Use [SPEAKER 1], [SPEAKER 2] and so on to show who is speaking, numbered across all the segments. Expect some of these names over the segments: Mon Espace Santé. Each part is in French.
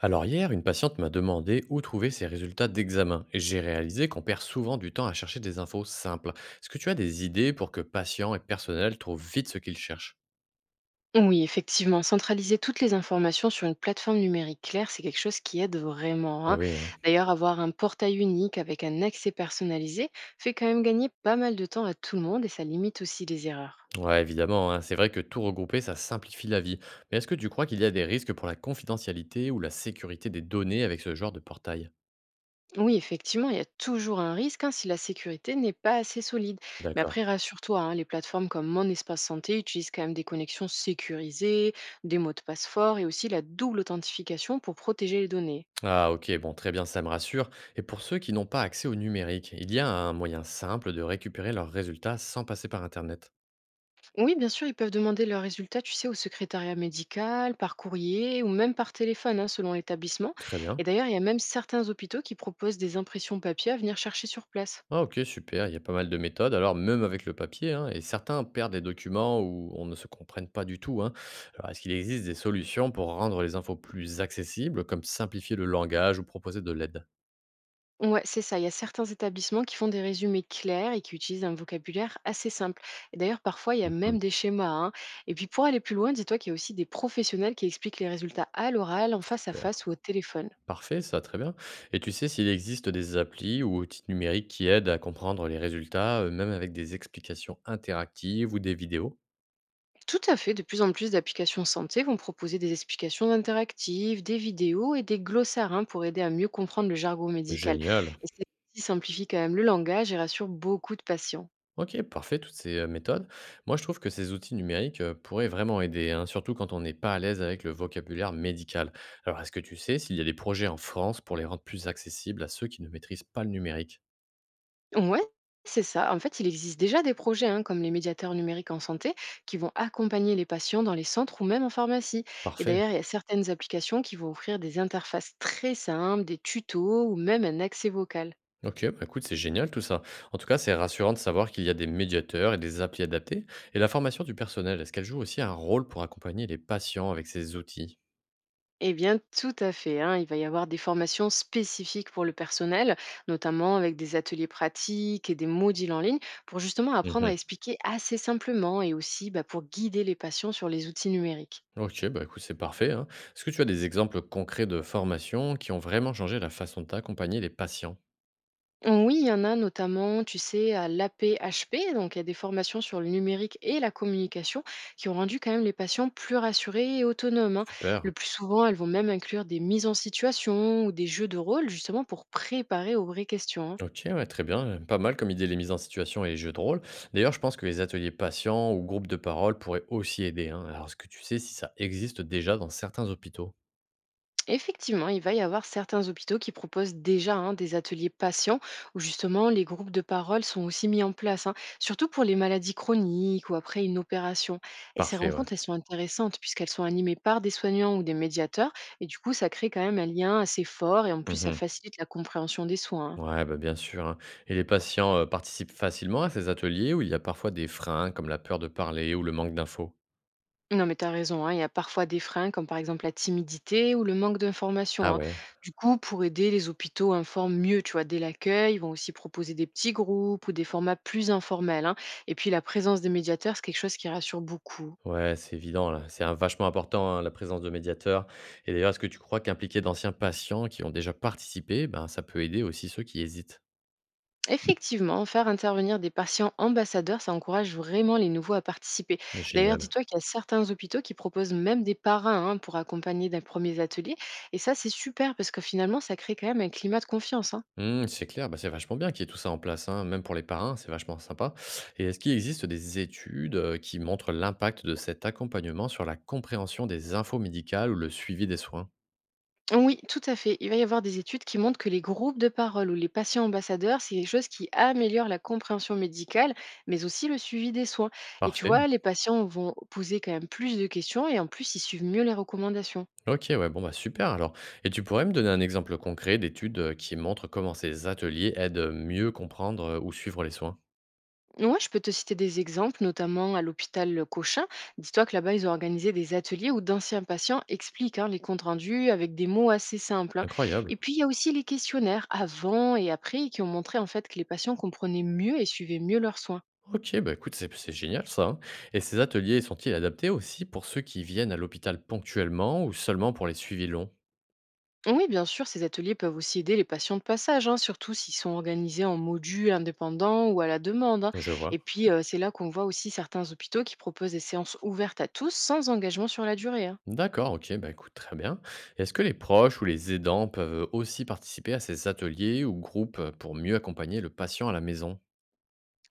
[SPEAKER 1] Alors hier, une patiente m'a demandé où trouver ses résultats d'examen et j'ai réalisé qu'on perd souvent du temps à chercher des infos simples. Est-ce que tu as des idées pour que patients et personnel trouvent vite ce qu'ils cherchent?
[SPEAKER 2] Oui, effectivement, centraliser toutes les informations sur une plateforme numérique claire, c'est quelque chose qui aide vraiment,
[SPEAKER 1] Eh
[SPEAKER 2] hein.
[SPEAKER 1] oui, hein.
[SPEAKER 2] D'ailleurs, avoir un portail unique avec un accès personnalisé fait quand même gagner pas mal de temps à tout le monde et ça limite aussi les erreurs.
[SPEAKER 1] Ouais, évidemment, hein, c'est vrai que tout regrouper, ça simplifie la vie. Mais est-ce que tu crois qu'il y a des risques pour la confidentialité ou la sécurité des données avec ce genre de portail?
[SPEAKER 2] Oui, effectivement, il y a toujours un risque hein, si la sécurité n'est pas assez solide. Mais
[SPEAKER 1] D'accord.
[SPEAKER 2] après, rassure-toi, hein, les plateformes comme Mon Espace Santé utilisent quand même des connexions sécurisées, des mots de passe forts et aussi la double authentification pour protéger les données.
[SPEAKER 1] Ah ok, bon, très bien, ça me rassure. Et pour ceux qui n'ont pas accès au numérique, il y a un moyen simple de récupérer leurs résultats sans passer par Internet.
[SPEAKER 2] Oui, bien sûr, ils peuvent demander leurs résultats, tu sais, au secrétariat médical, par courrier ou même par téléphone, hein, selon l'établissement.
[SPEAKER 1] Très bien.
[SPEAKER 2] Et d'ailleurs, il y a même certains hôpitaux qui proposent des impressions papier à venir chercher sur place.
[SPEAKER 1] Ah OK, super, il y a pas mal de méthodes, alors même avec le papier, hein, et certains perdent des documents où on ne se comprenne pas du tout, hein. Alors est-ce qu'il existe des solutions pour rendre les infos plus accessibles, comme simplifier le langage ou proposer de l'aide?
[SPEAKER 2] Ouais, c'est ça. Il y a certains établissements qui font des résumés clairs et qui utilisent un vocabulaire assez simple. Et d'ailleurs, parfois, il y a
[SPEAKER 1] Mmh.
[SPEAKER 2] même des schémas, hein. Et puis, pour aller plus loin, dis-toi qu'il y a aussi des professionnels qui expliquent les résultats à l'oral, en face à
[SPEAKER 1] Super,
[SPEAKER 2] face ou au téléphone.
[SPEAKER 1] parfait ça, très bien. Et tu sais s'il existe des applis ou outils numériques qui aident à comprendre les résultats, même avec des explications interactives ou des vidéos?
[SPEAKER 2] Tout à fait, de plus en plus d'applications santé vont proposer des explications interactives, des vidéos et des glossaires hein, pour aider à mieux comprendre le jargon médical.
[SPEAKER 1] Génial.
[SPEAKER 2] Et ceci simplifie quand même le langage et rassure beaucoup de patients.
[SPEAKER 1] OK, parfait, toutes ces, méthodes. Moi, je trouve que ces outils numériques, pourraient vraiment aider, hein, surtout quand on n'est pas à l'aise avec le vocabulaire médical. Alors, est-ce que tu sais s'il y a des projets en France pour les rendre plus accessibles à ceux qui ne maîtrisent pas le numérique?
[SPEAKER 2] Ouais, c'est ça. En fait, il existe déjà des projets hein, comme les médiateurs numériques en santé qui vont accompagner les patients dans les centres ou même en pharmacie. Et
[SPEAKER 1] Parfait.
[SPEAKER 2] d'ailleurs, il y a certaines applications qui vont offrir des interfaces très simples, des tutos ou même un accès vocal.
[SPEAKER 1] OK, bah, écoute, c'est génial tout ça. En tout cas, c'est rassurant de savoir qu'il y a des médiateurs et des applis adaptées. Et la formation du personnel, est-ce qu'elle joue aussi un rôle pour accompagner les patients avec ces outils?
[SPEAKER 2] Eh bien, tout à fait, hein. Il va y avoir des formations spécifiques pour le personnel, notamment avec des ateliers pratiques et des modules en ligne, pour justement apprendre à
[SPEAKER 1] Mmh.
[SPEAKER 2] expliquer assez simplement et aussi bah, pour guider les patients sur les outils numériques.
[SPEAKER 1] OK, bah, écoute, c'est parfait, hein. Est-ce que tu as des exemples concrets de formations qui ont vraiment changé la façon d'accompagner les patients?
[SPEAKER 2] Oui, il y en a notamment, tu sais, à l'APHP, donc il y a des formations sur le numérique et la communication qui ont rendu quand même les patients plus rassurés et autonomes, hein. Le
[SPEAKER 1] Super.
[SPEAKER 2] plus souvent, elles vont même inclure des mises en situation ou des jeux de rôle justement pour préparer aux vraies questions, hein.
[SPEAKER 1] OK, ouais, très bien. Pas mal comme idée les mises en situation et les jeux de rôle. D'ailleurs, je pense que les ateliers patients ou groupes de parole pourraient aussi aider, hein. Alors, est-ce que tu sais si ça existe déjà dans certains hôpitaux?
[SPEAKER 2] Effectivement, il va y avoir certains hôpitaux qui proposent déjà hein, des ateliers patients où justement les groupes de parole sont aussi mis en place, hein, surtout pour les maladies chroniques ou après une opération. Et ces
[SPEAKER 1] Parfait, ouais.
[SPEAKER 2] rencontres, elles sont intéressantes puisqu'elles sont animées par des soignants ou des médiateurs et du coup, ça crée quand même un lien assez fort et en plus, ça
[SPEAKER 1] Mhm.
[SPEAKER 2] facilite la compréhension des soins, hein.
[SPEAKER 1] Ouais, bah, bien sûr, hein. Et les patients participent facilement à ces ateliers où il y a parfois des freins comme la peur de parler ou le manque d'infos.
[SPEAKER 2] Non, mais t'as raison, hein, il y a parfois des freins, comme par exemple la timidité ou le manque
[SPEAKER 1] Ah
[SPEAKER 2] d'informations, hein.
[SPEAKER 1] ouais.
[SPEAKER 2] Du coup, pour aider, les hôpitaux informent mieux, tu vois, dès l'accueil. Ils vont aussi proposer des petits groupes ou des formats plus informels, hein. Et puis, la présence des médiateurs, c'est quelque chose qui rassure beaucoup.
[SPEAKER 1] Ouais, c'est évident là. Vachement important hein, la présence de médiateurs. Et d'ailleurs, est-ce que tu crois qu'impliquer d'anciens patients qui ont déjà participé, ben, ça peut aider aussi ceux qui hésitent?
[SPEAKER 2] Effectivement, faire intervenir des patients ambassadeurs, ça encourage vraiment les nouveaux à participer. D'ailleurs,
[SPEAKER 1] Génial.
[SPEAKER 2] dis-toi qu'il y a certains hôpitaux qui proposent même des parrains hein, pour accompagner des premiers ateliers. Et ça, c'est super parce que finalement, ça crée quand même un climat de confiance, hein.
[SPEAKER 1] Mmh, c'est clair, bah, c'est vachement bien qu'il y ait tout ça en place, hein, même pour les parrains, c'est vachement sympa. Et est-ce qu'il existe des études qui montrent l'impact de cet accompagnement sur la compréhension des infos médicales ou le suivi des soins?
[SPEAKER 2] Oui, tout à fait. Il va y avoir des études qui montrent que les groupes de parole ou les patients ambassadeurs, c'est quelque chose qui améliore la compréhension médicale, mais aussi le suivi des soins. Et tu
[SPEAKER 1] Parfait.
[SPEAKER 2] vois, les patients vont poser quand même plus de questions et en plus, ils suivent mieux les recommandations.
[SPEAKER 1] Ok, ouais, bon, bah super alors. Et tu pourrais me donner un exemple concret d'études qui montrent comment ces ateliers aident mieux comprendre ou suivre les soins?
[SPEAKER 2] Moi, je peux te citer des exemples, notamment à l'hôpital Cochin. Dis-toi que là-bas, ils ont organisé des ateliers où d'anciens patients expliquent hein, les comptes rendus avec des mots assez simples, hein.
[SPEAKER 1] Incroyable.
[SPEAKER 2] Et puis, il y a aussi les questionnaires avant et après qui ont montré en fait que les patients comprenaient mieux et suivaient mieux leurs soins.
[SPEAKER 1] Ok, bah écoute, c'est génial ça, hein. Et ces ateliers sont-ils adaptés aussi pour ceux qui viennent à l'hôpital ponctuellement ou seulement pour les suivis longs?
[SPEAKER 2] Oui, bien sûr, ces ateliers peuvent aussi aider les patients de passage, hein, surtout s'ils sont organisés en modules indépendants ou à la demande, hein.
[SPEAKER 1] Je vois.
[SPEAKER 2] Et puis, c'est là qu'on voit aussi certains hôpitaux qui proposent des séances ouvertes à tous sans engagement sur la durée, hein.
[SPEAKER 1] D'accord, ok, bah écoute, très bien. Est-ce que les proches ou les aidants peuvent aussi participer à ces ateliers ou groupes pour mieux accompagner le patient à la maison?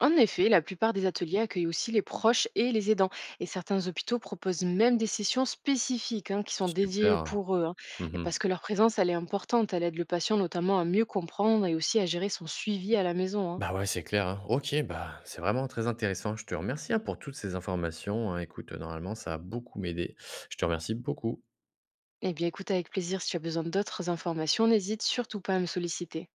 [SPEAKER 2] En effet, la plupart des ateliers accueillent aussi les proches et les aidants. Et certains hôpitaux proposent même des sessions spécifiques hein, qui sont dédiées
[SPEAKER 1] Super.
[SPEAKER 2] pour eux, hein. Et parce
[SPEAKER 1] Mhm.
[SPEAKER 2] que leur présence, elle est importante. Elle aide le patient notamment à mieux comprendre et aussi à gérer son suivi à la maison, hein.
[SPEAKER 1] Bah ouais, c'est clair, hein. Ok, bah c'est vraiment très intéressant. Je te remercie hein, pour toutes ces informations, hein. Écoute, normalement, ça a beaucoup m'aider. Je te remercie beaucoup.
[SPEAKER 2] Eh bien, écoute avec plaisir, si tu as besoin d'autres informations, n'hésite surtout pas à me solliciter.